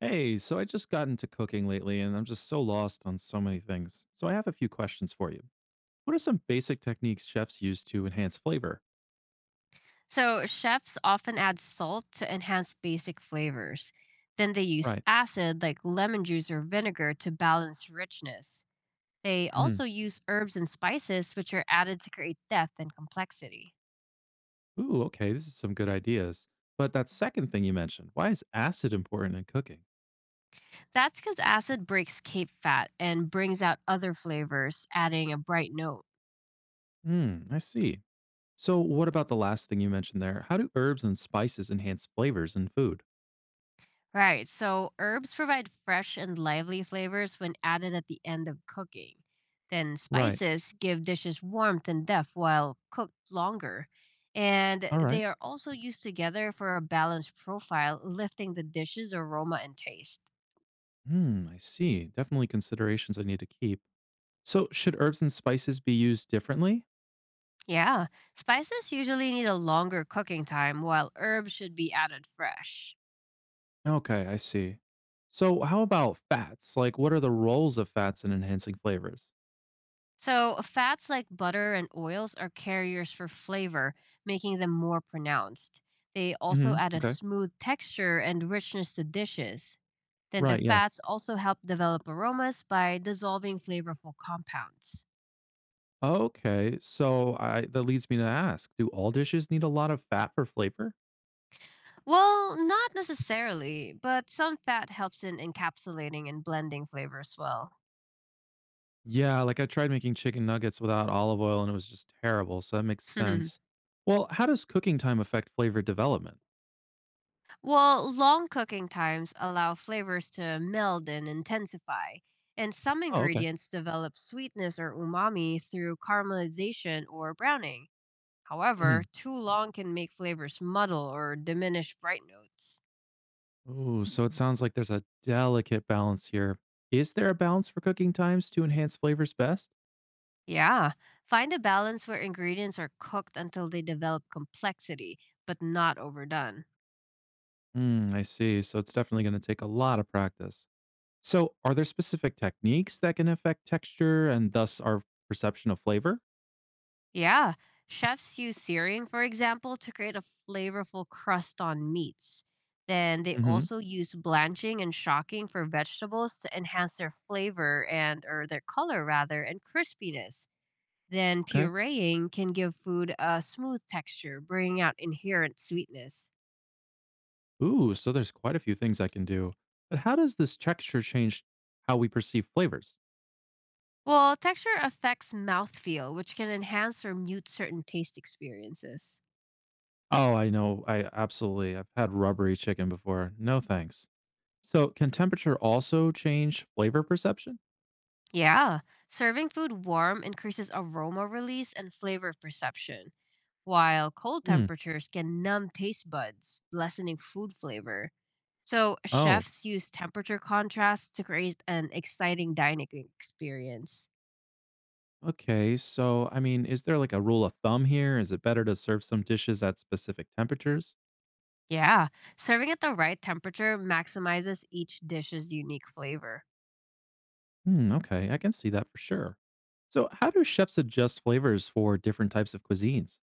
Hey, so I just got into cooking lately and I'm just so lost on so many things. So I have a few questions for you. What are some basic techniques chefs use to enhance flavor? So, chefs often add salt to enhance basic flavors. Then they use Right. acid like lemon juice or vinegar to balance richness. They Hmm. also use herbs and spices, which are added to create depth and complexity. Ooh, okay. This is some good ideas. But that second thing you mentioned, why is acid important in cooking? That's because acid breaks cape fat and brings out other flavors, adding a bright note. Hmm, I see. So what about the last thing you mentioned there? How do herbs and spices enhance flavors in food? Right. So herbs provide fresh and lively flavors when added at the end of cooking. Then Right. spices give dishes warmth and depth while cooked longer. And All right. they are also used together for a balanced profile, lifting the dish's aroma and taste. Hmm, I see. Definitely considerations I need to keep. So should herbs and spices be used differently? Yeah, spices usually need a longer cooking time while herbs should be added fresh. Okay, I see. So, how about fats? Like, what are the roles of fats in enhancing flavors? So, fats like butter and oils are carriers for flavor, making them more pronounced. They also Hmm. add a Okay. smooth texture and richness to dishes. Then the Right. Yeah. fats also help develop aromas by dissolving flavorful compounds. Okay, so I that leads me to ask, do all dishes need a lot of fat for flavor? Well, not necessarily, but some fat helps in encapsulating and blending flavors well. Yeah. Like I tried making chicken nuggets without olive oil and it was just terrible. So that makes sense. Well, how does cooking time affect flavor development? Well, long cooking times allow flavors to meld and intensify, and some Oh, okay. ingredients develop sweetness or umami through caramelization or browning. However, Hmm. too long can make flavors muddle or diminish bright notes. Ooh. So it sounds like there's a delicate balance here. Is there a balance for cooking times to enhance flavors best? Yeah, find a balance where ingredients are cooked until they develop complexity, but not overdone. Mm, I see. So it's definitely going to take a lot of practice. So, are there specific techniques that can affect texture and thus our perception of flavor? Yeah, chefs use searing, for example, to create a flavorful crust on meats. Then they Hmm. also use blanching and shocking for vegetables to enhance their flavor and or their color rather and crispiness. Then Okay. pureeing can give food a smooth texture, bringing out inherent sweetness. Ooh, so there's quite a few things I can do. But how does this texture change how we perceive flavors? Well, texture affects mouthfeel, which can enhance or mute certain taste experiences. Oh, I know. I absolutely. I've had rubbery chicken before. No thanks. So, can temperature also change flavor perception? Yeah, serving food warm increases aroma release and flavor perception. While cold Hmm. temperatures can numb taste buds, lessening food flavor. So, Oh, chefs use temperature contrast to create an exciting dining experience. okay. So, I mean, is there like a rule of thumb here? Is it better to serve some dishes at specific temperatures? Yeah, serving at the right temperature maximizes each dish's unique flavor. Hmm, okay, I can see that for sure. So, how do chefs adjust flavors for different types of cuisines?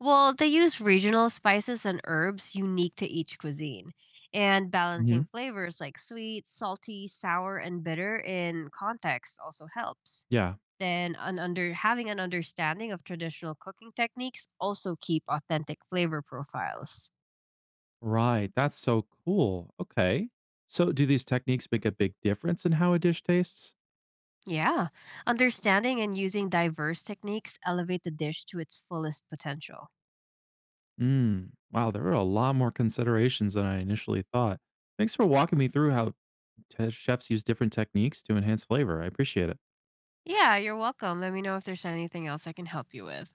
Well, they use regional spices and herbs unique to each cuisine, and Hmm. balancing flavors like sweet, salty, sour, and bitter in context also helps. Yeah, Then an under having an understanding of traditional cooking techniques also keep authentic flavor profiles. right. That's so cool. Okay. So, do these techniques make a big difference in how a dish tastes? Yeah, understanding and using diverse techniques elevate the dish to its fullest potential. Mm, wow, there are a lot more considerations than I initially thought. Thanks for walking me through how chefs use different techniques to enhance flavor. I appreciate it. Yeah, you're welcome. Let me know if there's anything else I can help you with.